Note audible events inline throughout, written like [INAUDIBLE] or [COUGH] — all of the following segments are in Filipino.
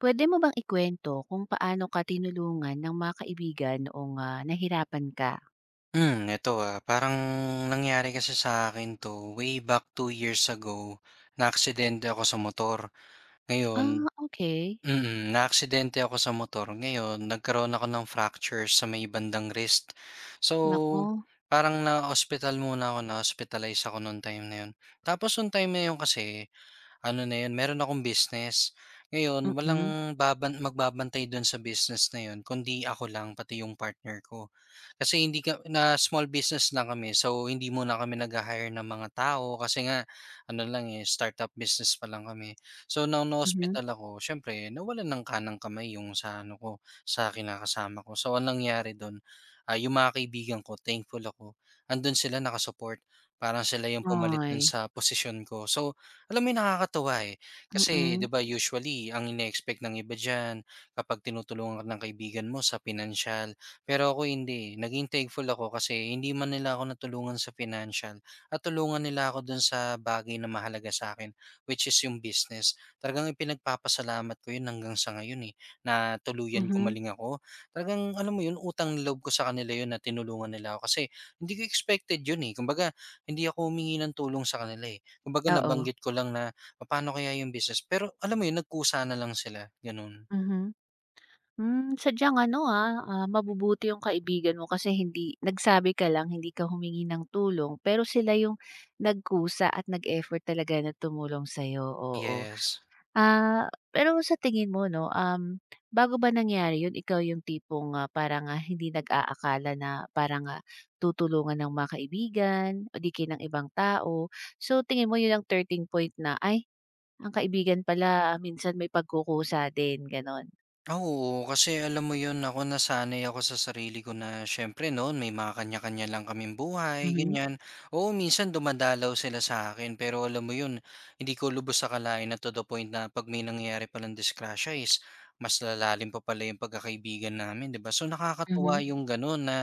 Puwede mo bang ikwento kung paano ka tinulungan ng mga kaibigan noong, nahirapan ka? Eto, parang nangyari kasi sa akin 'to way back two years ago. Naaksidente ako sa motor. Ngayon Ah, okay. Naaksidente ako sa motor, ngayon nagkaroon ako ng fracture sa may bandang wrist. So, Naku, parang na naospital muna ako, na-hospitalize ako nung time na yun. Tapos nung time na yun kasi ano na yun, meron akong business. Ngayon, mm, walang magbabantay do'n sa business na yun kundi ako lang pati yung partner ko. Kasi hindi ka na small business lang kami, so hindi muna kami nag hire ng mga tao kasi nga ano lang, eh, startup business pa lang kami. So nung mhm. na-ospital ako, siyempre nawalan ng kanang kamay yung sa ano ko, sa kinakasama ko. So ang nangyari do'n, yung mga kaibigan ko, thankful ako, ando'n sila nakasupport. Parang sila yung pumalit do'n Ay, sa posisyon ko. So alam mo yun, nakakatuwa, eh. Kasi 'di mm, ba, usually ang ine-expect ng iba diyan kapag tinutulungan ka ng kaibigan mo sa financial. Pero ako hindi, eh. Naging thankful ako kasi hindi man nila ako natulungan sa financial, at tulungan nila ako dun sa bagay na mahalaga sa akin, which is yung business. Talagang ipinagpapasalamat ko yun hanggang sa ngayon, eh, na tuluyan mhm, gumaling ako. Talagang alam mo yun, utang na loob ko sa kanila yun na tinulungan nila ako kasi hindi ko expected yun, eh. Kumbaga hindi ako humingi ng tulong sa kanila, eh. Kumbaga oo, nabanggit ko lang na, paano kaya yung business, pero alam mo yun, nagkusa na lang sila, ganun. mhm. Sadyang ano, mabubuti yung kaibigan mo kasi hindi nagsabi ka lang, hindi ka humingi ng tulong pero sila yung nagkusa at nag-effort talaga na tumulong sa'yo, oo. Yes. Ah, Pero sa tingin mo 'no, bago ba nangyari yun ikaw yung tipong, parang, hindi nag-aakala na parang, tutulungan ng mga kaibigan o di kaya ng ibang tao. So tingin mo yun ang turning point na, "Ay, ang kaibigan pala minsan may pagkukusa din." Gano'n? Ah, oo, kasi alam mo 'yun, ako nasanay ako sa sarili ko na siyempre noon may mga kanya-kanya lang kaming buhay, Mhm, ganyan. Oo, minsan dumadalaw sila sa'kin, pero alam mo 'yun, hindi ko lubos akalain na to the point na 'pag may nangyayari palang disgrasya is mas lalalim pa pala 'yung pagkakaibigan namin, 'di ba? So, nakakatuwa mhm, 'yung gano'n na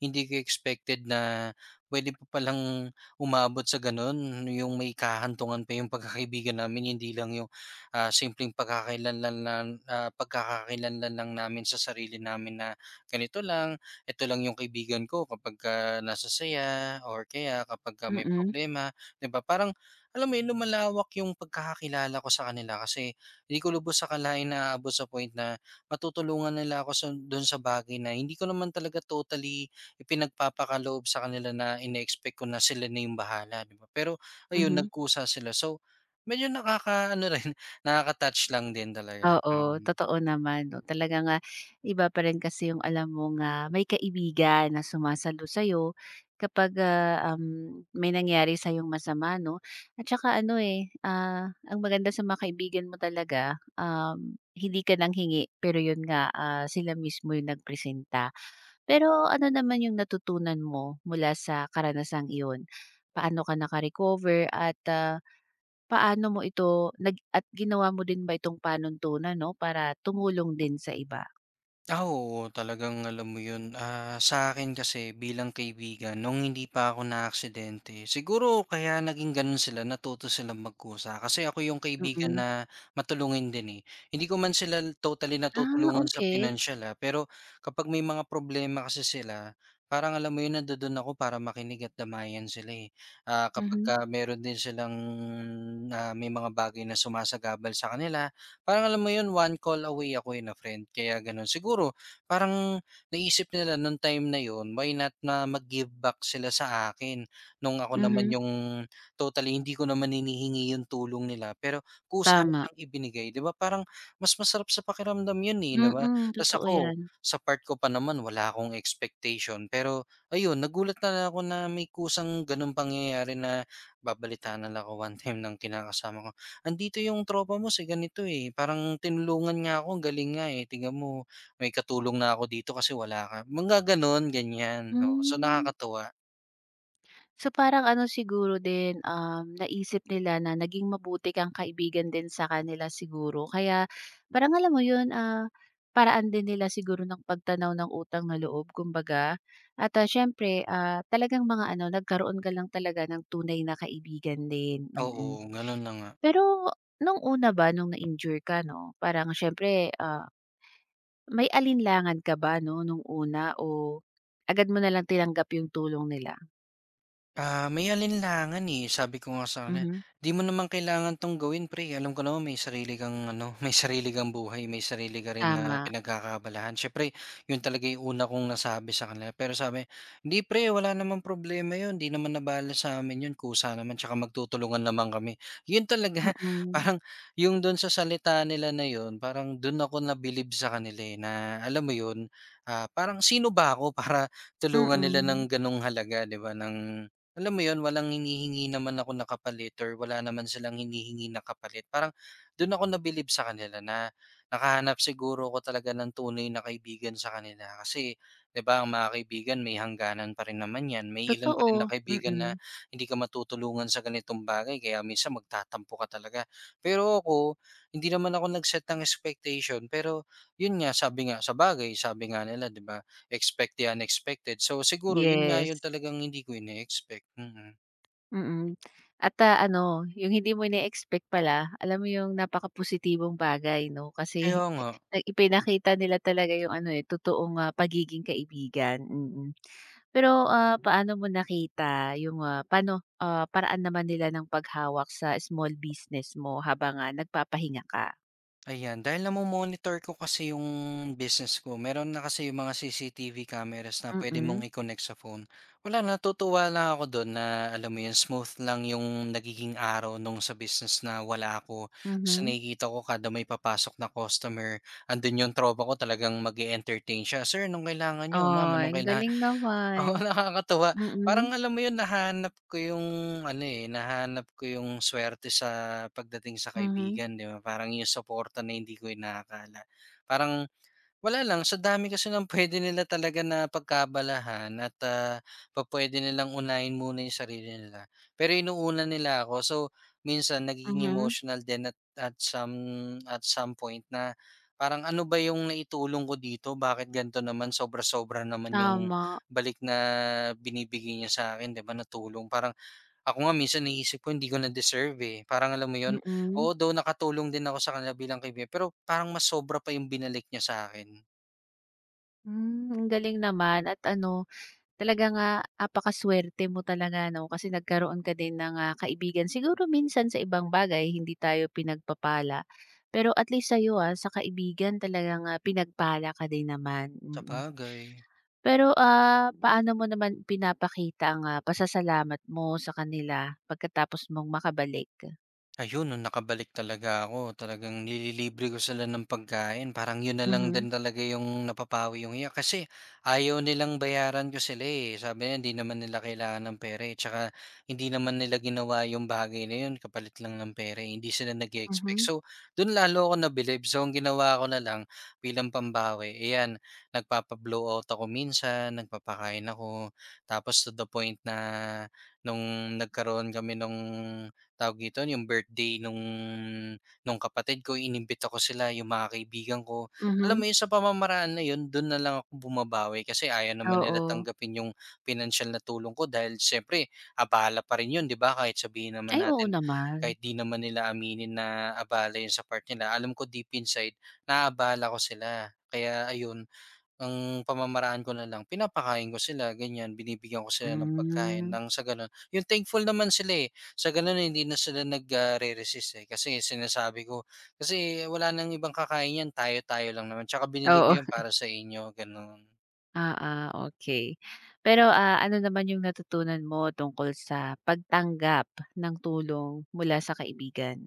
hindi ko expected na pwede pa palang umabot sa gano'n, 'yung may kahantungan pa 'yung pagkakaibigan namin, hindi lang 'yung simpleng pagkakakilanlan lang, pagkakakilanlan lang namin sa sarili namin na ganito lang, ito lang yung kaibigan ko kapagka nasa saya or kaya kapagka may mm, problema, 'di ba? Parang alam mo yun, lumalawak yung pagkakakilala ko sa kanila kasi hindi ko lubos sa kalain na aabot sa point na matutulungan nila ako sa, doon sa bagay na hindi ko naman talaga totally ipinagpapakaloob sa kanila na ina-expect ko na sila na yung bahala, di ba? Pero ayun, mhm. nagkusa sila. So, medyo nakakaano rin, [LAUGHS] nakaka-touch lang din talaga, Oo, totoo naman 'no. Talaga nga iba pa rin kasi yung alam mong, nga, may kaibigan na sumasalo sa'yo kapag, may nangyari sa yung masama 'no. At saka ano, eh, ang maganda sa mga kaibigan mo talaga, hindi ka nang hingi pero yun nga, sila mismo yung nagpresenta. Pero ano naman yung natutunan mo mula sa karanasang iyon? Paano ka naka-recover at, paano mo ito at ginawa mo din ba itong panuntunan 'no, para tumulong din sa iba? Oo talagang alam mo yun, sa'kin kasi bilang kaibigan nung hindi pa ako naaksidente, siguro kaya naging ganun sila, natuto silang magkusa kasi ako yung kaibigan Mm. na matulungin din, eh. Hindi ko man sila totally Ah, natutulungan sa okey. pinansiyal, pero kapag may mga problema kasi sila, parang alam mo yun, nandudun ako para makinig at damayan sila, eh. Ah, Mhm, kapagka meron din silang, may mga bagay na sumasagabal sa kanila, parang alam mo 'yun, one call away ako, eh, na friend kaya gano'n. Siguro parang naisip nila nung time na 'yun, why not na mag-give back sila sa akin nung ako naman mhm. yung totally hindi ko naman hinihingi yung tulong nila, pero kusa Tama. nilang ibinigay, 'di ba? Parang mas masarap sa pakiramdam 'yun, eh, 'di ba? Mm, Ta's totoo ako, 'yan. sa part ko pa naman wala akong expectation, pero ayun, nagulat na lang ako na may kusang gano'ng pangyayari na babalitaan na lang ako one time ng kinakasama ko. "Andito yung tropa mo sa ganito, eh, parang tinulungan nga ako, ang galing nga, eh, tingnan mo may katulong na ako dito kasi wala ka." Mga gano'n, ganyan, oo. So Hmm. nakakatuwa, So, parang ano siguro din, naisip nila na naging mabuti kang kaibigan din sa kanila siguro. Kaya parang alam mo yun, paraan din nila siguro ng pagtanaw ng utang na loob kumbaga. At, siyempre, talagang mga ano, nagkaroon ka lang talaga ng tunay na kaibigan din, mm. oo, Mm. gano'n na nga. Pero nung una ba, nung na-injure ka 'no, parang siyempre, may alinlangan ka ba 'no, nung una o agad mo na lang tinanggap yung tulong nila? Ah, may alinlangan, eh. Sabi ko nga sa kanya, Mhm, "'Di mo naman kailangan 'tong gawin pre, alam ko naman may sarili kang ano, [LAUGHS] may sarili kang buhay, may sarili ka rin na tama. pinagkakabalahan syempre." 'Yun talaga yung una kong nasabi sa kanila, pero sabi, "Hindi pre, wala namang problema 'yun, 'di naman nabala sa'min 'yun, kusa naman, tsaka magtutulungan naman kami." 'Yun talaga. [LAUGHS] Mm, Parang yung dun sa salita nila na 'yun, parang dun ako nabilib sa kanila, eh, na alam mo 'yun, parang sino ba ako [LAUGHS] para tulungan nila mm. ng gano'ng halaga, 'di ba, ng alam mo yon, walang hinihingi naman ako na kapalit or wala naman silang hinihingi na kapalit. Parang do'n ako nabilib sa kanila na nakahanap siguro ako talaga ng tunay na kaibigan sa kanila. Kasi 'di ba, ang mga kaibigan may hangganan pa rin naman 'yan. May ilan pa rin na Totoo, kaibigan na mm. hindi ka matutulungan sa ganitong bagay kaya minsan magtatampo ka talaga. Pero ako, hindi naman ako nag-set ng expectation, pero 'yun nga, sabi nga, sa bagay sabi nga nila 'di ba, expect the unexpected. So siguro yun nga, Yes, yun talagang hindi ko ine-expect, mm. mm. At, ano, yung hindi mo ine-expect pala, alam mo yung napakapositibong bagay 'no, Kaya kasi nga, [LAUGHS] na ipinakita nila talaga yung ano, eh, totoong, pagiging kaibigan, mm. Pero, paano mo nakita yung, paano, paraan naman nila ng paghawak sa small business mo habang, nagpapahinga ka? ayan. Dahil namo-monitor ko kasi yung business ko, meron na kasi yung mga CCTV cameras na pwede mong Mm, i-connect sa phone. Wala, natutuwa lang ako dun na alam mo yun, smooth lang yung nagiging araw nung sa business na wala ako. Kasi mhm. nakikita ko kada may papasok na customer, andun yung tropa ko, talagang mag-e-entertain siya, "Sir, anong kailangan nyo? Ma'am, Ay, anong ang kaila—" galing Oo, [LAUGHS] naman. nakakatuwa. Parang Mm, alam mo 'yun, nahanap ko yung ano, eh, nahanap ko yung suwerte sa pagdating sa mhm. kaibigan, 'di ba? Parang yung suporta na hindi ko inaakala. Parang wala lang, sa dami kasi ng pwede nila talaga na pagkabalahan at, pa pwede nilang unahin muna yung sarili nila. Pero inuuna nila ako. So, minsan nagiging Mhm, emotional din at some point na parang, "Ano ba yung naitulong ko dito? Bakit ganito naman? Sobra-sobra naman yung tama, balik na binibigay niya sa akin 'di ba, na tulong." Parang ako nga minsan iniisip ko hindi ko na-deserve, eh. Parang alam mo yun? mm. Oo, though nakatulong din ako sa kanila bilang kaibigan, pero parang mas sobra pa yung binalik niya sa akin. Ang galing naman at ano, talaga nga apakasuwerte mo talaga 'no, kasi nagkaroon ka din ng, kaibigan. Siguro minsan sa ibang bagay hindi tayo pinagpapala, pero at least sa'yo, sa kaibigan talagang, pinagpala ka din naman, mm. Sabagay. Pero, paano mo naman pinapakita ang, pasasalamat mo sa kanila pagkatapos mong makabalik? Ayun, nung nakabalik talaga ako, talagang nililibre ko sila ng pagkain parang yun na lang Mhm, din talaga yung napapawi yung iya kasi ayaw nilang bayaran ko sila, eh. Sabi nila hindi naman nila kailangan ng pera, eh, tsaka hindi naman nila ginawa yung bagay na yun kapalit lang ng pera, eh, hindi sila nag expect. mhm, So, dun lalo ako nabilib. So, ang ginawa ko na lang bilang pambawi, ayan, nagpapa-blowout ako minsan, nagpapakain ako tapos to the point na nung nagkaroon kami nung tawag dito, yung birthday nung kapatid ko, inimbita ko sila, yung mga kaibigan ko. mhm, Alam mo yun, sa pamamaraan na yun, dun na lang ako bumabawi kasi ayaw naman nila oo. tanggapin yung financial na tulong ko dahil siyempre, abala pa rin yun, di ba? Kahit sabihin naman Ay, oo natin, naman. kahit di naman nila aminin na abala yun sa part nila, alam ko deep inside, naabala ko sila. Kaya ayun, ang pamamaraan ko na lang pinapakain ko sila ganyan, binibigyan ko sila ng pagkain Hmm. nang sa gano'n yung thankful naman sila, eh. Sa gano'n hindi na sila nag, re-resist, eh, kasi sinasabi ko, "Kasi wala nang ibang kakain yan, tayo-tayo lang naman 'tsaka binili Oo, ko yan para sa inyo." Gano'n. oo, okay. Pero, ano naman yung natutunan mo tungkol sa pagtanggap ng tulong mula sa kaibigan?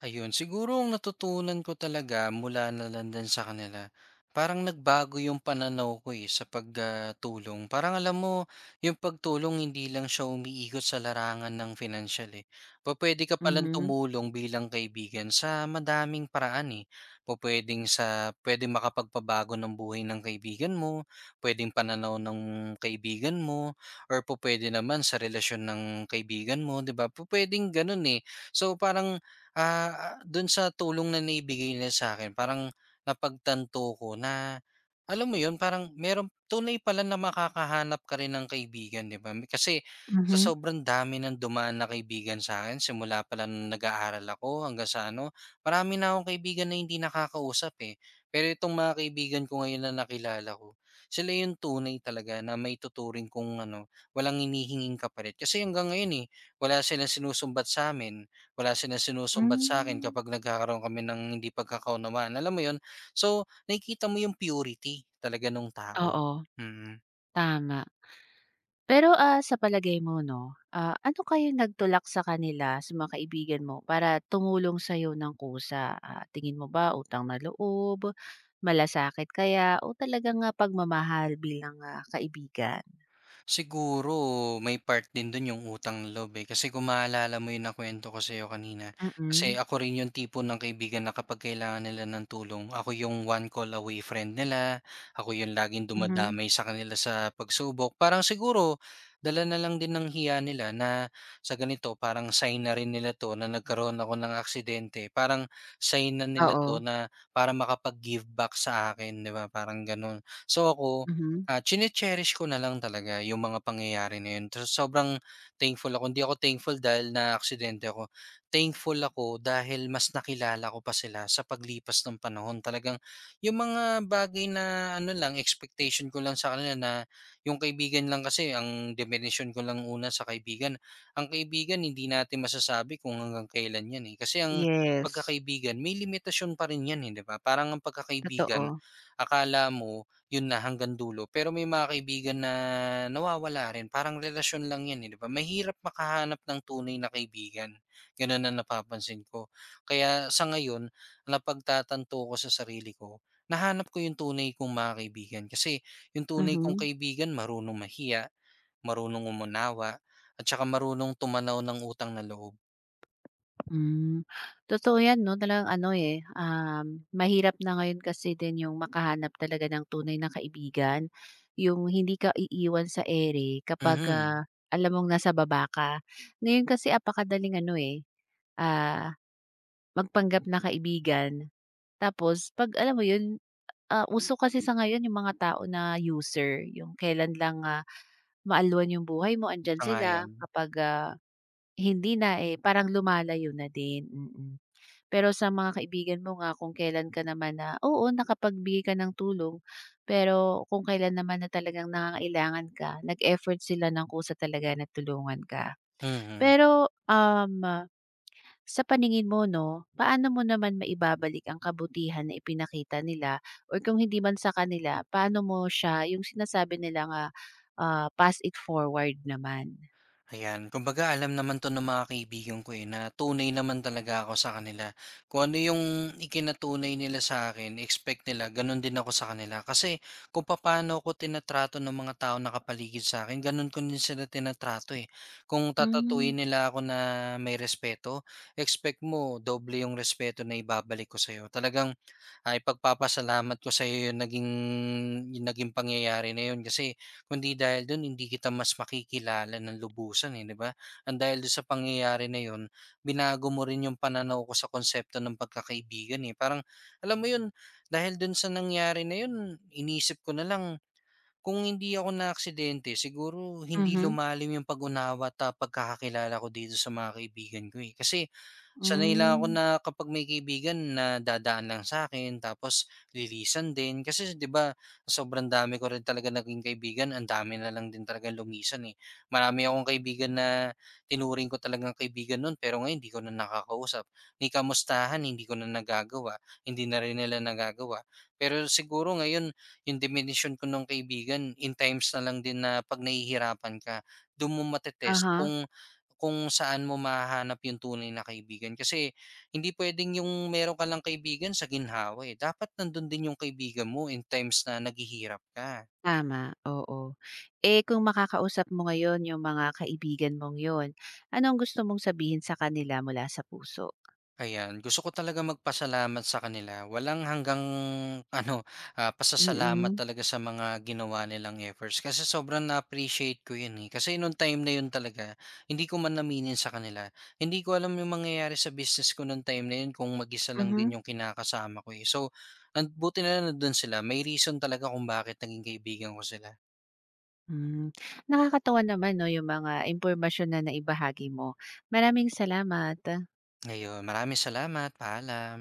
Ayun, siguro ang natutunan ko talaga mula na lang din sa kanila, parang nagbago yung pananaw ko, eh, sa pagtulong. Parang alam mo, yung pagtulong hindi lang siya umiikot sa larangan ng financial, eh. Pwede ka palang Mhm, tumulong bilang kaibigan sa madaming paraan, eh. Pwedeng sa, pwedeng makapagpabago ng buhay ng kaibigan mo, pwedeng pananaw ng kaibigan mo, or pwede naman sa relasyon ng kaibigan mo, di ba? Pwedeng ganun, eh. So parang do'n sa tulong na naibigay nila sa akin parang napagtanto ko na, alam mo 'yun, parang meron tunay pala na makakahanap ka rin ng kaibigan, 'di ba? Kasi sa mhm. sobrang dami ng dumaan na kaibigan sa'kin simula pa lang nung nag-aaral ako hanggang sa ano, marami na akong kaibigan na hindi nakakausap, eh. Pero itong mga kaibigan ko ngayon na nakilala ko, sila 'yung tunay talaga na may maituturing kung ano, walang hinihinging kapalit. Kasi hanggang ngayon, eh, wala silang sinusumbat sa sa'min wala silang sinusumbat sa akin Hmm, kapag nagkakaroon kami ng hindi pagkakaunawaan, alam mo 'yun? So, nakikita mo yung purity talaga nung tao, oo, mm. tama. Pero, sa palagay mo 'no, ano kaya nagtulak sa kanila, sa mga kaibigan mo para tumulong sa'yo ng kusa? Tingin mo ba utang na loob, malasakit kaya o talagang, pagmamahal bilang, kaibigan? Siguro may part din dun yung utang loob, eh, kasi kung maalala mo yung nakuwento ko sa'yo kanina, kasi Mm, ako rin yung tipo ng kaibigan na kapag kailangan nila ng tulong, ako yung one call away friend nila, ako yung laging mhm. dumadamay sa kanila sa pagsubok. Parang siguro dala na lang din ng hiya nila na sa ganito parang sign na rin nila 'to na nagkaroon ako ng aksidente, parang sign na nila Oo, 'to na para makapag-give back sa akin, 'di ba, parang gano'n. So, ako mhm. Chine-cherish ko na lang talaga yung mga pangyayari na yun. So, sobrang thankful ako. Hindi ako thankful dahil na naaksidente ako. Thankful ako dahil mas nakilala ko pa sila sa paglipas ng panahon. Talagang yung mga bagay na ano lang, expectation ko lang sa kanila na yung kaibigan lang kasi, ang definition ko lang una sa kaibigan. Ang kaibigan, hindi natin masasabi kung hanggang kailan yan, eh. Kasi ang Yes, pagkakaibigan, may limitasyon pa rin yan, eh, di ba? Parang ang pagkakaibigan, totoo. akala mo yun na, hanggang dulo. Pero may mga kaibigan na nawawala rin, parang relasyon lang 'yan, eh, 'di ba? Mahirap makahanap ng tunay na kaibigan, gano'n na napapansin ko. Kaya sa ngayon, napagtatanto ko sa sarili ko, nahanap ko yung tunay kong mga kaibigan kasi yung tunay kong Mhm, kaibigan marunong mahiya, marunong umunawa, at saka marunong tumanaw ng utang na loob. hmm. Totoo 'yan 'no, talagang ano, eh, mahirap na ngayon kasi din yung makahanap talaga ng tunay na kaibigan, yung hindi ka iiwan sa ere kapag, Mhm, alam mong nasa baba ka. Ngayon kasi apakadaling ano, eh, ah, magpanggap na kaibigan tapos 'pag alam mo yun, uso kasi sa ngayon yung mga tao na user, yung kailan lang, maalwan yung buhay mo andiyan sila sang-ayon. kapag, hindi na, eh, parang lumalayo na din, mm. Pero sa mga kaibigan mo nga kung kailan ka naman na oo, nakapagbigay ka ng tulong, pero kung kailan naman na talagang nangangailangan ka, nag-effort sila ng kusa talaga na tulungan ka. Mhm. Pero, sa paningin mo 'no, paano mo naman maibabalik ang kabutihan na ipinakita nila or kung hindi man sa kanila, paano mo siya yung sinasabi nila nga pass it forward naman? Ayan, kumbaga alam naman 'to ng mga kaibigan ko, eh, na tunay naman talaga ako sa kanila. Kung ano yung ikinatunay nila sa akin, expect nila gano'n din ako sa kanila. Kasi kung papaano ko tinatrato ng mga tao taong nakapaligid sa'kin, gano'n ko din sila tinatrato, eh. Kung Hmm, tatatuuin nila ako na may respeto, expect mo doble yung respeto na ibabalik ko sa'yo. Talagang, ay pagpapasalamat ko sa'yo yung naging pangyayari na yun kasi kundi dahil do'n hindi kita mas makikilala ng lubusan, eh, 'di ba? Ang dahil do'n sa pangyayari na 'yun, binago mo rin 'yung pananaw ko sa konsepto ng pagkakaibigan, eh. Parang alam mo 'yun, dahil do'n sa nangyari na 'yun, inisip ko na lang kung hindi ako naka-aksidente, siguro hindi mhm, lumalim yung pag-unawa at, pagkakakilala ko dito sa mga kaibigan ko, eh. Kasi sanay lang ako hmm. na kapag may kaibigan na dadaan lang sa akin, tapos lilisan din. Kasi 'di ba, sobrang dami ko rin talaga naging kaibigan, ang dami na lang din talagang lumisan, eh. Marami akong kaibigan na tinuring ko talagang kaibigan no'n pero ngayon hindi ko na nakakausap. Ni kamustahan hindi ko na nagagawa, hindi na rin nila nagagawa. Pero siguro ngayon yung definition ko nung kaibigan in times na lang din na 'pag nahihirapan ka, dun mo mate-test Aha, kung saan mo mahahanap yung tunay na kaibigan. Kasi hindi pwedeng yung meron ka lang kaibigan sa ginhawa, eh, dapat nandun din yung kaibigan mo in times na naghihirap ka. tama, oo. Eh, kung makakausap mo ngayon yung mga kaibigan mong yun, anong gusto mong sabihin sa kanila mula sa puso? Ayan, gusto ko talaga magpasalamat sa kanila. Walang hanggang ano, pasasalamat Mm, talaga sa mga ginawa nilang efforts kasi sobrang na-appreciate ko 'yun, eh. Kasi nung time na 'yun talaga, hindi ko man aminin sa kanila. Hindi ko alam yung mangyayari sa business ko nung time na 'yun kung mag-isa lang mhm, din yung kinakasama ko, eh. So, ang buti na lang nando'n sila. May reason talaga kung bakit naging kaibigan ko sila. hmm. Nakakatuwa naman 'no, yung mga impormasyon na naibahagi mo. Maraming salamat. Ayun, maraming salamat. Paalam.